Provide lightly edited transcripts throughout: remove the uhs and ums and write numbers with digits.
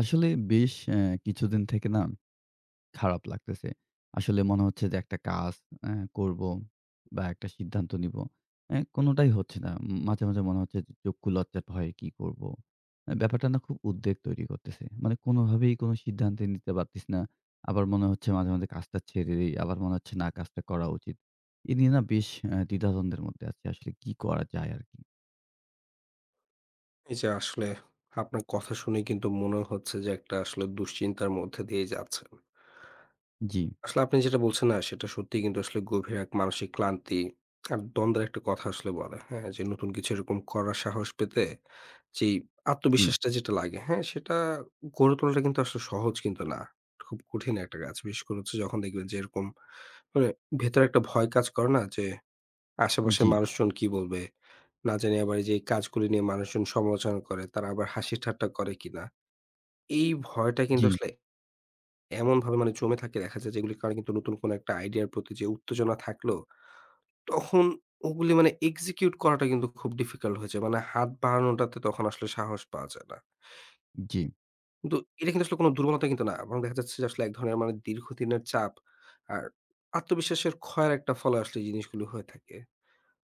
আসলে বেশ কিছুদিন থেকে না খারাপ লাগতেছে। আসলে মনে হচ্ছে যে একটা কাজ অ্যা করব বা একটা সিদ্ধান্ত নিব। কোনটাই হচ্ছে না। মাঝে, মাঝে মনে হচ্ছে যে চক্ষু লজ্জার ভয়ে কি করব? ব্যাপারটা না খুব উদ্বেগ তৈরি করতেছে। মানে কোনভাবেই কোন সিদ্ধান্তই নিতে পারতেছি না। আবার মনে হচ্ছে মাঝে, মাঝে কাজটা ছেড়ে দেই। আবার মনে হচ্ছে না কাজটা করা উচিত। এ নিয়ে না বেশ দ্বিধাদ্বন্দ্বের মধ্যে আছি। আসলে কি করা যায় আরকি? এই যে আসলে আপনার কথা শুনে কিন্তু মনে হচ্ছে যে একটা আসলে দুশ্চিন্তার মধ্যে দিয়ে যাচ্ছেন। জি, আসলে আপনি যেটা বলছেন না সেটা সত্যিই কিন্তু আসলে গভীর এক মানসিক ক্লান্তি আর দ্বন্দ্বের একটা কথা আসলে বলে, হ্যাঁ? যে নতুন কিছু এরকম করার সাহস পেতে যেই জি, আত্মবিশ্বাসটা যেটা লাগে, হ্যাঁ? সেটা গড়ে তোলাটা কিন্তু আসলে সহজ কিন্তু না। খুব কঠিন একটা কাজ। বিশেষ করে হচ্ছে যখন দেখবেন যে এরকম মানে ভেতরে একটা ভয় কাজ করে না যে আশেপাশের জি, মানুষজন কি বলবে? না জানি আবার এই যে এই কাজগুলি নিয়ে মানুষজন সমালোচনা করে, তারা আবার হাসি ঠাট্টা করে কিনা? এই ভয়টা কিন্তু জি, আসলে এমনভাবে মানে জমে থাকে দেখা যায় যেগুলির কারণে কিন্তু নতুন কোনো একটা আইডিয়ার প্রতি যে উত্তেজনা থাকলো, তখন ওগুলি মানে execute করাটা কিন্তু খুব difficult হয়ে যায়। মানে হাত বাড়ানোটাতে তখন আসলে সাহস পাওয়া যায় না। জি, কিন্তু এটা কিন্তু আসলে কোনো দুর্বলতা কিন্তু না। বরং দেখা যাচ্ছে যে আসলে এক ধরনের মানে দীর্ঘদিনের চাপ আর আত্মবিশ্বাসের ক্ষয়ের একটা ফলে আসলে এই জিনিসগুলো হয়ে থাকে।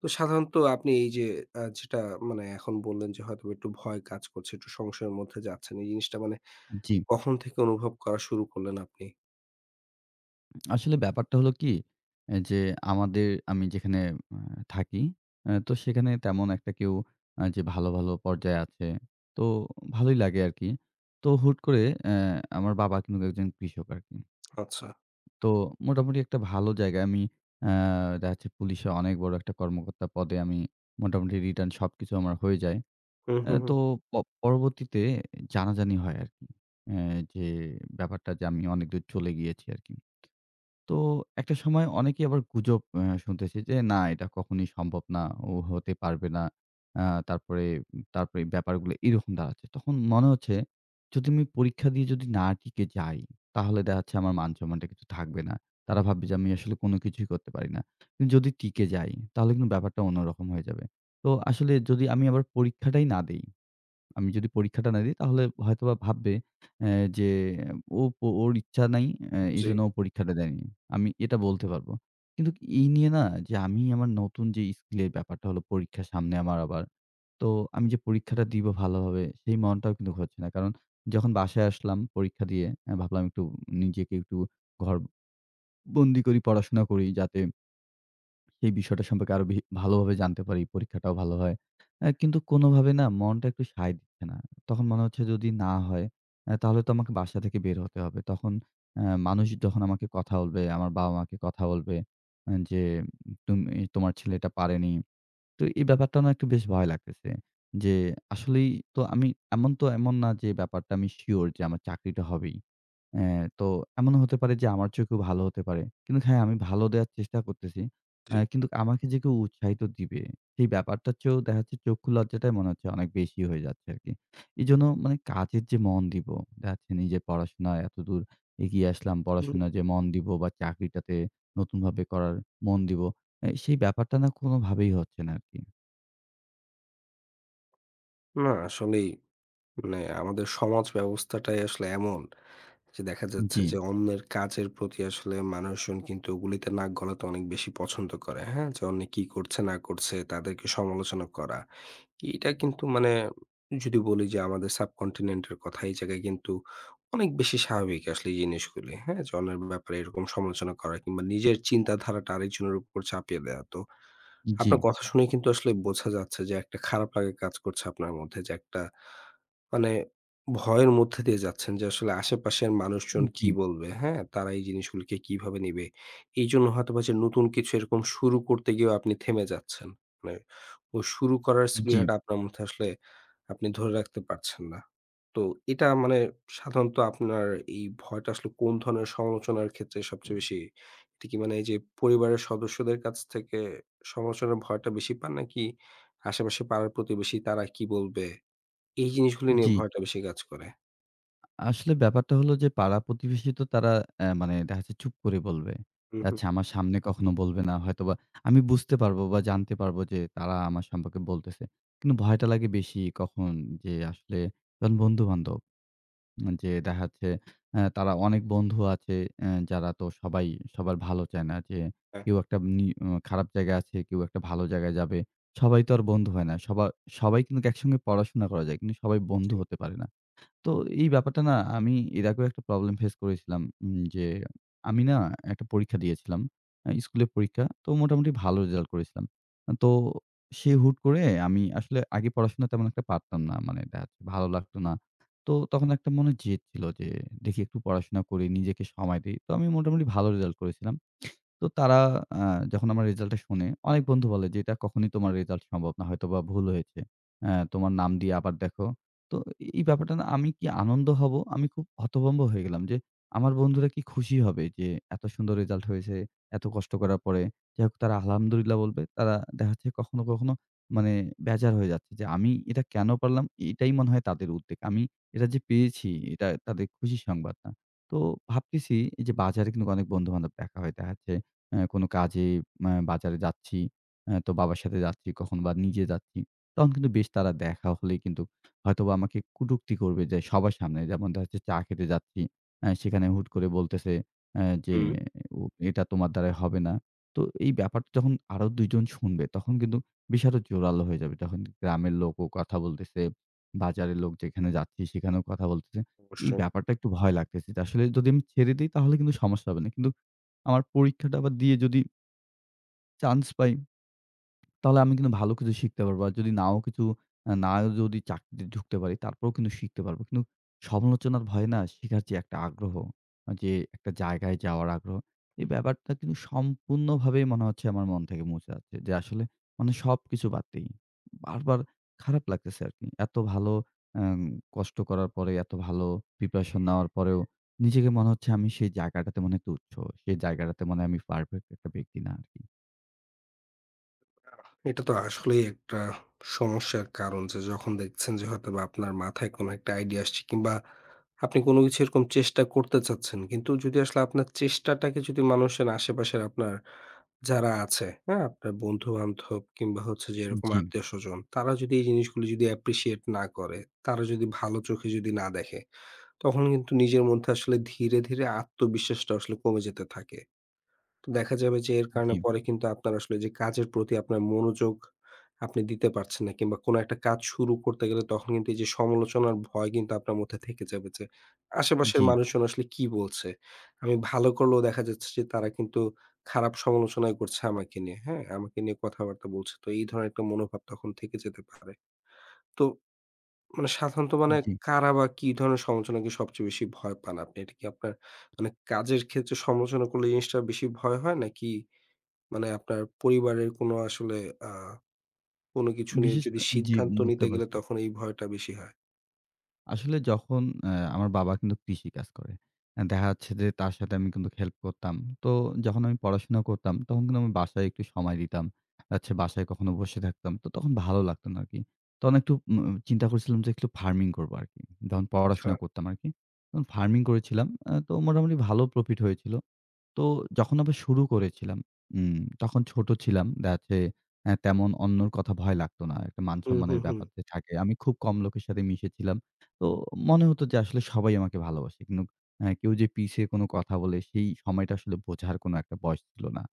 তো সাধারণত আপনি এই যে যেটা মানে এখন বললেন যে হয়তোবা একটু ভয় কাজ করছে, একটু সংশয়ের মধ্যে যাচ্ছেন। এই জিনিসটা মানে জি। কখন থেকে অনুভব করা শুরু করলেন আপনি? আসলে ব্যাপারটা হলো কি? এ যে আমাদের আমি যেখানে আ থাকি, তো সেখানে তেমন একটা কেউ যে ভালো, ভালো পর্যায়ে আছে। তো ভালোই লাগে আরকি। তো হুট করে আমার বাবা কিন্তু একজন কৃষক আরকি। আচ্ছা। তো মোটামুটি একটা ভালো জায়গায় আমি আ দেখা যাচ্ছে পুলিশে অনেক বড় একটা কর্মকর্তা পদে আমি মোটামুটি রিটার্ন সবকিছু আমার হয়ে যায়। হুম, হুম, তো হুম। প পরবর্তীতে জানাজানি হয় আরকি। অ্যা যে ব্যাপারটা যে আমি অনেক দূর চলে গিয়েছি আরকি। তো একটা সময় অনেকেই আবার গুজব শুনতেছি যে, "না, এটা কখনোই সম্ভব না। ও হতে পারবে না।" তারপরে তারপরে ব্যাপারগুলো এরকম দাঁড়াচ্ছে। তখন মনে হচ্ছে যদি আমি পরীক্ষা দিয়ে যদি না টিকে যাই, তাহলে দেখা যাচ্ছে আমার মান-সম্মানটা কিছু থাকবে না। তারা ভাববে যে আমি আসলে কোনো কিছুই করতে পারি না। কিন্তু যদি টিকে যাই, তাহলে কিন্তু ব্যাপারটা অন্যরকম হয়ে যাবে। তো আসলে যদি আমি আবার পরীক্ষাটাই না দেই আমি যদি পরীক্ষাটা না দিই তাহলে হয়তোবা ভাববে অ্যা যে ও ও ওর ইচ্ছা নাই জি, এজন্য ও পরীক্ষাটা দেয়নি। আমি এটা বলতে পারবো। কিন্তু এই নিয়ে না যে আমি আমার নতুন যে স্কিলের ব্যাপারটা হলো পরীক্ষা সামনে আমার আবার। তো আমি যে পরীক্ষাটা দিব ভালোভাবে সেই মনটাও কিন্তু হচ্ছে না। কারণ যখন বাসায় আসলাম পরীক্ষা দিয়ে ভাবলাম একটু নিজেকে একটু ঘরবন্দি করি, পড়াশোনা করি যাতে সেই বিষয়টা সম্পর্কে আরো ভালোভাবে জানতে পারি। পরীক্ষাটাও ভালো হয়। কিন্তু কোনোভাবে না মনটা একটু সায় দিচ্ছে না। তখন মনে হচ্ছে যদি না হয় তাহলে তো আমাকে বাসা থেকে বের হতে হবে। তখন মানুষ যখন আমাকে কথা বলবে, আমার বাবা-মাকে কথা বলবে যে, "তুমি তোমার ছেলে এটা পারেনি।" তো এই ব্যাপারটা না একটু বেশ ভয় লাগতেছে। যে আসলেই তো আমি এমন তো এমন না যে ব্যাপারটা আমি সিওর যে আমার চাকরিটা হবেই। অ্যা তো এমনও হতে পারে যে আমার চেয়ে কেউ ভালো হতে পারে। কিন্তু হ্যাঁ, আমি ভালো দেয়ার চেষ্টা করতেছি। জি। কিন্তু আমাকে যে কেউ উৎসাহিত দিবে, সেই ব্যাপারটার চেয়েও দেখা যাচ্ছে চক্ষু লজ্জাটাই মনে হচ্ছে অনেক বেশি হয়ে যাচ্ছে আরকি। এজন্য মানে কাজের যে মন দিব, দেখা যাচ্ছে নিজের পড়াশোনায় এতদূর এগিয়ে আসলাম, হুম, পড়াশোনায় যে মন দিব বা চাকরিটাতে নতুনভাবে করার মন দিব, সেই ব্যাপারটা না কোনোভাবেই হচ্ছে না আরকি। না আসলেই মানে আমাদের সমাজ ব্যবস্থাটাই আসলে এমন যে দেখা যাচ্ছে জি, যে অন্যের কাজের প্রতি আসলে মানুষজন কিন্তু ওগুলিতে নাক গলাতে অনেক বেশি পছন্দ করে। হ্যাঁ? যে অন্যে কি করছে না করছে তাদেরকে সমালোচনা করা। এটা কিন্তু মানে যদি বলি যে আমাদের সাবকন্টিনেন্টের কথা, এই জায়গায় কিন্তু অনেক বেশি স্বাভাবিক আসলে এই জিনিসগুলি। হ্যাঁ? যে অন্যের ব্যাপারে এরকম সমালোচনা করা কিংবা নিজের চিন্তাধারাটা আরেকজনের উপর চাপিয়ে দেয়া। তো জি, আপনার কথা শুনে কিন্তু আসলে বোঝা যাচ্ছে যে একটা খারাপ লাগা কাজ করছে আপনার মধ্যে যে একটা মানে ভয়ের মধ্যে দিয়ে যাচ্ছেন যে আসলে আশেপাশের মানুষজন কি জি, বলবে, হ্যাঁ? তারা এই জিনিসগুলোকে কিভাবে নিবে? এইজন্য হয়তোবা যে নতুন কিছু এরকম শুরু করতে গিয়েও আপনি থেমে যাচ্ছেন। মানে ওই শুরু করার জি, স্পৃহাটা আপনার মধ্যে আসলে আপনি ধরে রাখতে পারছেন না। তো এটা মানে সাধারণত আপনার এই ভয়টা আসলে কোন ধরনের সমালোচনার ক্ষেত্রে সবচেয়ে বেশি? এটা কি মানে এই যে পরিবারের সদস্যদের কাছ থেকে সমালোচনার ভয়টা বেশি পান নাকি আশেপাশে পাড়ার প্রতিবেশী তারা কি বলবে? এই জিনিসগুলো নিয়ে জি। ভয়টা বেশি কাজ করে। আসলে ব্যাপারটা হলো যে পাড়া-প্রতিবেশী তো তারা মানে দেখা যাচ্ছে চুপ করে বলবে। হু, হু। আচ্ছা আমার সামনে কখনো বলবে না। হয়তোবা আমি বুঝতে পারবো বা জানতে পারবো যে তারা আমার সম্পর্কে বলতেছে। কিন্তু ভয়টা লাগে বেশি কখন যে আসলে যখন বন্ধু-বান্ধব যে দেখা যাচ্ছে তারা অনেক বন্ধু আছে যারা তো সবাই সবার ভালো চায় না। যে হ্যাঁ, কেউ একটা নি অ খারাপ জায়গায় আছে, কেউ একটা ভালো জায়গায় যাবে। সবাই তো আর বন্ধু হয় না। সবাই কিন্তু একসঙ্গে পড়াশোনা করা যায়। কিন্তু সবাই বন্ধু জি। হতে পারে না। তো এই ব্যাপারটা না আমি এর আগেও একটা প্রবলেম ফেস করেছিলাম। যে আমি না একটা পরীক্ষা দিয়েছিলাম। স্কুলের পরীক্ষা। তো মোটামুটি ভালো রেজাল্ট করেছিলাম। তো সে হুট করে আমি আসলে আগে পড়াশোনা তেমন একটা পারতাম না। মানে দেখা যাচ্ছে ভালো লাগতো না। তো তখন একটা মনে জেদ ছিল যে দেখি একটু পড়াশোনা করি, নিজেকে সময় দেই। তো আমি মোটামুটি ভালো রেজাল্ট করেছিলাম। তো তারা আ যখন আমার রেজাল্টটা শোনে, অনেক বন্ধু বলে যে, "এটা কখনোই তোমার রেজাল্ট সম্ভব না। হয়তোবা ভুল হয়েছে। তোমার নাম দিয়ে আবার দেখো।" তো এই ব্যাপারটা না আমি কি আনন্দ হব, আমি খুব হতভম্ব হয়ে গেলাম যে, আমার বন্ধুরা কি খুশি হবে যে এত সুন্দর রেজাল্ট হয়েছে, এত কষ্ট করার পরে। যাই হোক তারা আলহামদুলিল্লাহ বলবে। তারা দেখা যাচ্ছে কখনো, কখনো মানে বেজার হয়ে যাচ্ছে যে আমি এটা কেন পারলাম? এটাই মনে হয় তাদের উদ্বেগ। আমি এটা যে পেয়েছি এটা তাদের খুশির সংবাদ না। তো ভাবতেছি এই যে বাজারে কিন্তু অনেক বন্ধু-বান্ধব দেখা হয়। দেখা যাচ্ছে কোনো কাজে বাজারে যাচ্ছি, তো বাবার সাথে যাচ্ছি, কখনো বা নিজে যাচ্ছি। তখন কিন্তু বেশ তারা দেখা হলেই কিন্তু হয়তোবা আমাকে কটূক্তি করবে যে সবার সামনে। যেমন দেখা যাচ্ছে চা খেতে যাচ্ছি। সেখানে হুট করে বলতেছে যে হুম, ও এটা তোমার দ্বারাই হবে না। তো এই ব্যাপারটা যখন আরো ২ জন শুনবে তখন কিন্তু বিষয় আরো জোরালো হয়ে যাবে। তখন গ্রামের লোকও কথা বলতেছে, বাজারের লোক যেখানে যাচ্ছি সেখানেও কথা বলতেছে। এই অবশ্যই। ব্যাপারটা একটু ভয় লাগতেছে। যে আসলে যদি আমি ছেড়ে দেই তাহলে কিন্তু সমস্যা হবে না। কিন্তু আমার পরীক্ষাটা আবার দিয়ে যদি চান্স পাই তাহলে আমি কিন্তু ভালো কিছু শিখতে পারবো। আর যদি নাও কিছু না যদি চাকরিতে ঢুকতে পারি তারপরেও কিন্তু শিখতে পারবো। কিন্তু সমালোচনার ভয়ে না শেখার যে একটা আগ্রহ, যে একটা জায়গায় যাওয়ার আগ্রহ, এই ব্যাপারটা কিন্তু সম্পূর্ণভাবেই মনে হচ্ছে আমার মন থেকে মুছে যাচ্ছে। যে আসলে মানে সবকিছু বাদ দেই। বারবার খারাপ লাগতেছে আরকি। এত ভালো অ্যাম কষ্ট করার পরে, এত ভালো প্রিপারেশন নেওয়ার পরেও নিজেকে মনে হচ্ছে আমি সেই জায়গাটাতে মনে হয় তুচ্ছ। সেই জায়গাটাতে মনে হয় আমি পারফেক্ট একটা ব্যক্তি না আরকি। এটা তো আসলেই একটা সমস্যার কারণ যে যখন দেখছেন যে হয়তোবা আপনার মাথায় কোনো একটা আইডিয়া আসছে কিংবা আপনি কোনো কিছু এরকম চেষ্টা করতে চাচ্ছেন। কিন্তু যদি আসলে আপনার চেষ্টাটাকে যদি মানুষের আশেপাশের আপনার যারা আছে, হ্যাঁ? আপনার বন্ধু-বান্ধব কিংবা হচ্ছে যে এরকম জি, আত্মীয়স্বজন, তারা যদি এই জিনিসগুলো যদি appreciate না করে, তারা যদি ভালো চোখে যদি না দেখে, তখন কিন্তু নিজের মধ্যে আসলে ধীরে, ধীরে আত্মবিশ্বাসটা আসলে কমে যেতে থাকে। তো দেখা যাবে যে এর জি, কারণে পরে কিন্তু আপনার আসলে যে কাজের প্রতি আপনার মনোযোগ আপনি দিতে পারছেন না কিংবা কোনো একটা কাজ শুরু করতে গেলে তখন কিন্তু এই যে সমালোচনার ভয় কিন্তু আপনার মধ্যে থেকে যাবে যে আশেপাশের জি। মানুষজন আসলে কি বলছে আমি ভালো করলেও দেখা যাচ্ছে যে তারা কিন্তু খারাপ সমালোচনাই করছে আমাকে নিয়ে হ্যাঁ আমাকে নিয়ে কথাবার্তা বলছে তো এই ধরনের একটা মনোভাব তখন থেকে যেতে পারে তো মানে সাধারণত মানে জি। কারা বা কি ধরনের সমালোচনাকে সবচেয়ে বেশি ভয় পান আপনি এটা কি আপনার মানে কাজের ক্ষেত্রে সমালোচনা করলে এই জিনিসটা বেশি ভয় হয় নাকি মানে আপনার পরিবারের কোনো আসলে আ কোনো কিছু নিয়ে যদি জি, সিদ্ধান্ত বুঝতে নিতে গেলে পারছি। তখন এই ভয়টা বেশি হয়। আসলে যখন আমার বাবা কিন্তু কৃষি কাজ করে। দেখা যাচ্ছে যে তার সাথে আমি কিন্তু হেল্প করতাম। তো যখন আমি পড়াশোনা করতাম তখন কিন্তু আমি বাসায় একটু সময় দিতাম। আচ্ছা বাসায় কখনো বসে থাকতাম। তো তখন ভালো লাগতো না আরকি। তখন একটু চিন্তা করছিলাম যে একটু ফার্মিং করবো আরকি। যখন পড়াশোনা হ্যাঁ। করতাম আরকি। তখন ফার্মিং করেছিলাম। তো মোটামুটি ভালো প্রফিট হয়েছিল। তো যখন আবার শুরু করেছিলাম, তখন ছোট ছিলাম। দেখা যাচ্ছে তেমন অন্যর কথা ভয় লাগতো না। একটা হুম, মান-সম্মানের হুম, হুম। ব্যাপার যে থাকে। আমি খুব কম লোকের সাথে মিশেছিলাম। তো মনে হতো যে আসলে সবাই আমাকে ভালোবাসে। কিন্তু কেউ যে পিছে কোনো কথা বলে সেই সময়টা আসলে বোঝার কোনো একটা বয়স ছিল না।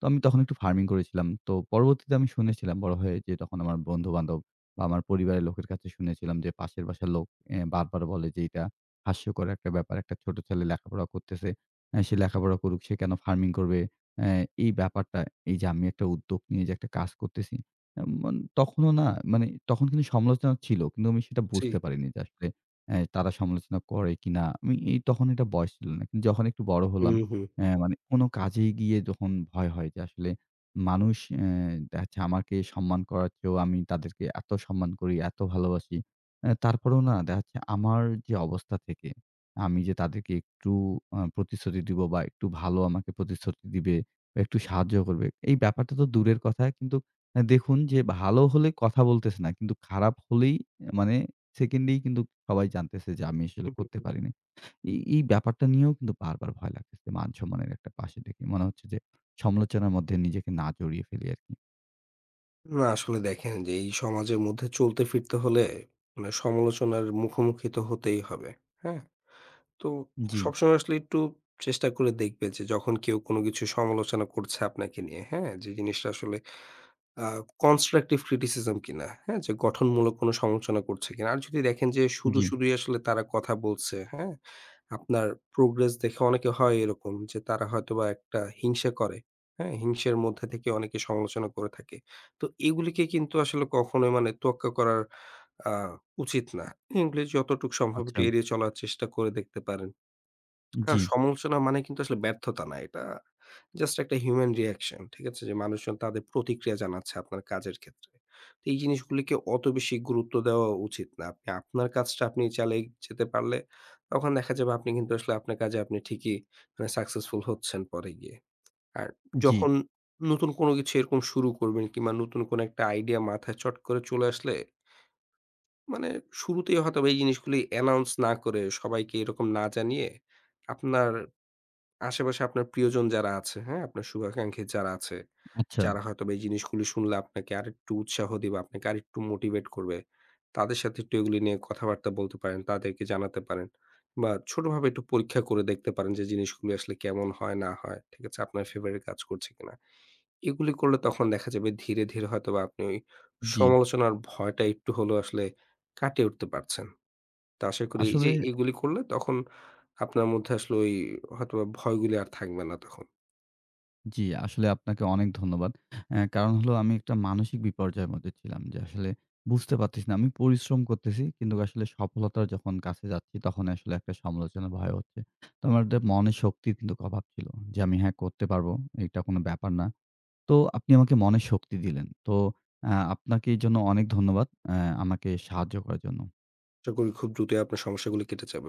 তো আমি তখন একটু ফার্মিং করেছিলাম। তো পরবর্তীতে আমি শুনেছিলাম বড় হয়ে যে তখন আমার বন্ধু-বান্ধব বা আমার পরিবারের লোকের কাছে শুনেছিলাম যে পাশের বাসার লোক বারবার বলে যে এটা হাস্যকর একটা ব্যাপার। একটা ছোট ছেলে লেখাপড়া করতেছে। সে লেখাপড়া করুক, সে কেন ফার্মিং করবে? অ্যা এই ব্যাপারটা, এই যে আমি একটা উদ্যোগ নিয়ে যে একটা কাজ করতেছি, মন তখনও না মানে তখন কিন্তু সমালোচনা ছিল। কিন্তু আমি সেটা জি। বুঝতে পারিনি যে আসলে তারা সমালোচনা করে কিনা? আমি এই তখন এটা বয়স ছিল না। কিন্তু যখন একটু বড় হলাম, হুম, হুম। মানে কোনো কাজেই গিয়ে যখন ভয় হয় যে আসলে মানুষ দেখাচ্ছে আমাকে সম্মান করার চেয়েও আমি তাদেরকে এত সম্মান করি, এত ভালোবাসি। তারপরেও না দেখা যাচ্ছে আমার যে অবস্থা থেকে আমি যে তাদেরকে একটু প্রতিশ্রুতি দিবো বা একটু ভালো আমাকে প্রতিশ্রুতি দিবে বা একটু সাহায্য করবে। এই ব্যাপারটা তো দূরের কথা। কিন্তু দেখুন যে ভালো হলে কথা বলতেছে না। কিন্তু খারাপ হলেই মানে সেকেন্ডেই কিন্তু সবাই জানতেছে যে আমি আসলে হুম, হুম, করতে হুম। পারি নাই। এই ব্যাপারটা নিয়েও কিন্তু বারবার ভয় লাগতেছে। মান-সম্মানের একটা পাশে দেখি। মনে হচ্ছে যে সমালোচনার মধ্যে নিজেকে না জড়িয়ে ফেলি আরকি। না আসলে দেখেন যে এই সমাজের মধ্যে চলতে ফিরতে হলে মানে সমালোচনার মুখোমুখি তো হতেই হবে। হ্যাঁ? তো জি, সবসময় আসলে একটু চেষ্টা করে দেখবে যে যখন কেউ কোনো কিছু সমালোচনা করছে আপনাকে নিয়ে, হ্যাঁ? যে জিনিসটা আসলে আ কনস্ট্রাকটিভ ক্রিটিসিজম কিনা, হ্যাঁ? যে গঠনমূলক কোনো সমালোচনা করছে কিনা। আর যদি দেখেন যে শুধু, জি। শুধুই আসলে তারা কথা বলছে, হ্যাঁ? আপনার প্রোগ্রেস দেখে অনেকে হয় এরকম যে তারা হয়তোবা একটা হিংসা করে, হ্যাঁ? হিংসের মধ্যে থেকে অনেকে সমালোচনা করে থাকে। তো এগুলিকে কিন্তু আসলে কখনোই মানে তোয়াক্কা করার আ উচিত না। এগুলি যতটুকু সম্ভব আচ্ছা। একটু এড়িয়ে চলার চেষ্টা করে দেখতে পারেন। না, জি, সমালোচনা মানে কিন্তু আসলে ব্যর্থতা না। এটা জাস্ট একটা হিউমেন রিঅ্যাকশন। ঠিক আছে? যে মানুষজন তাদের প্রতিক্রিয়া জানাচ্ছে আপনার কাজের ক্ষেত্রে। তো এই জিনিসগুলিকে অত বেশি গুরুত্ব দেওয়া উচিত না। আপনি আপনার কাজটা আপনি চালিয়ে যেতে পারলে তখন দেখা যাবে আপনি কিন্তু আসলে আপনার কাজে আপনি ঠিকই মানে সাকসেসফুল হচ্ছেন পরে গিয়ে। আর জি। যখন নতুন কোনো কিছু এরকম শুরু করবেন কিংবা নতুন কোনো একটা আইডিয়া মাথায় চট করে চলে আসলে মানে শুরুতেই হয়তোবা এই জিনিসগুলি অ্যানাউন্স না করে সবাইকে এরকম না জানিয়ে আপনার আশেপাশে আপনার প্রিয়জন যারা আছে, হ্যাঁ? আপনার শুভাকাঙ্ক্ষী যারা আছে, আচ্ছা। যারা হয়তোবা এই জিনিসগুলি শুনলে আপনাকে আরেকটু উৎসাহ দিবে, আপনাকে আরেকটু মোটিভেট করবে। তাদের সাথে একটু এগুলি নিয়ে কথাবার্তা বলতে পারেন, তাদেরকে জানাতে পারেন। বা ছোটভাবে একটু পরীক্ষা করে দেখতে পারেন যে জিনিসগুলি আসলে কেমন হয় না হয়। ঠিক আছে? আপনার ফেভারে কাজ করছে কিনা। এগুলি করলে তখন দেখা যাবে ধীরে, ধীরে হয়তোবা আপনি ওই জি। সমালোচনার ভয়টা একটু হলেও আসলে কাটিয়ে উঠতে পারছেন। তো আশা করি এই আসলে যে এগুলি করলে তখন আপনার মধ্যে আসলে ওই হয়তোবা ভয়গুলি আর থাকবে না তখন। জি, আসলে আপনাকে অনেক ধন্যবাদ। কারণ হলো আমি একটা মানসিক বিপর্যয়ের মধ্যে ছিলাম যে আসলে বুঝতে পারতেছি না। আমি পরিশ্রম করতেছি কিন্তু আসলে সফলতার যখন কাছে যাচ্ছি তখন আসলে একটা সমালোচনার ভয় হচ্ছে। তো আমার একটা মনের শক্তির কিন্তু অভাব ছিল যে আমি হ্যাঁ করতে পারবো। এটা কোনো ব্যাপার না। তো আপনি আমাকে মনের শক্তি দিলেন। তো আপনাকে এর জন্য অনেক ধন্যবাদ আমাকে সাহায্য করার জন্য। আশা করি খুব দ্রুতই আপনার সমস্যাগুলি কেটে যাবে।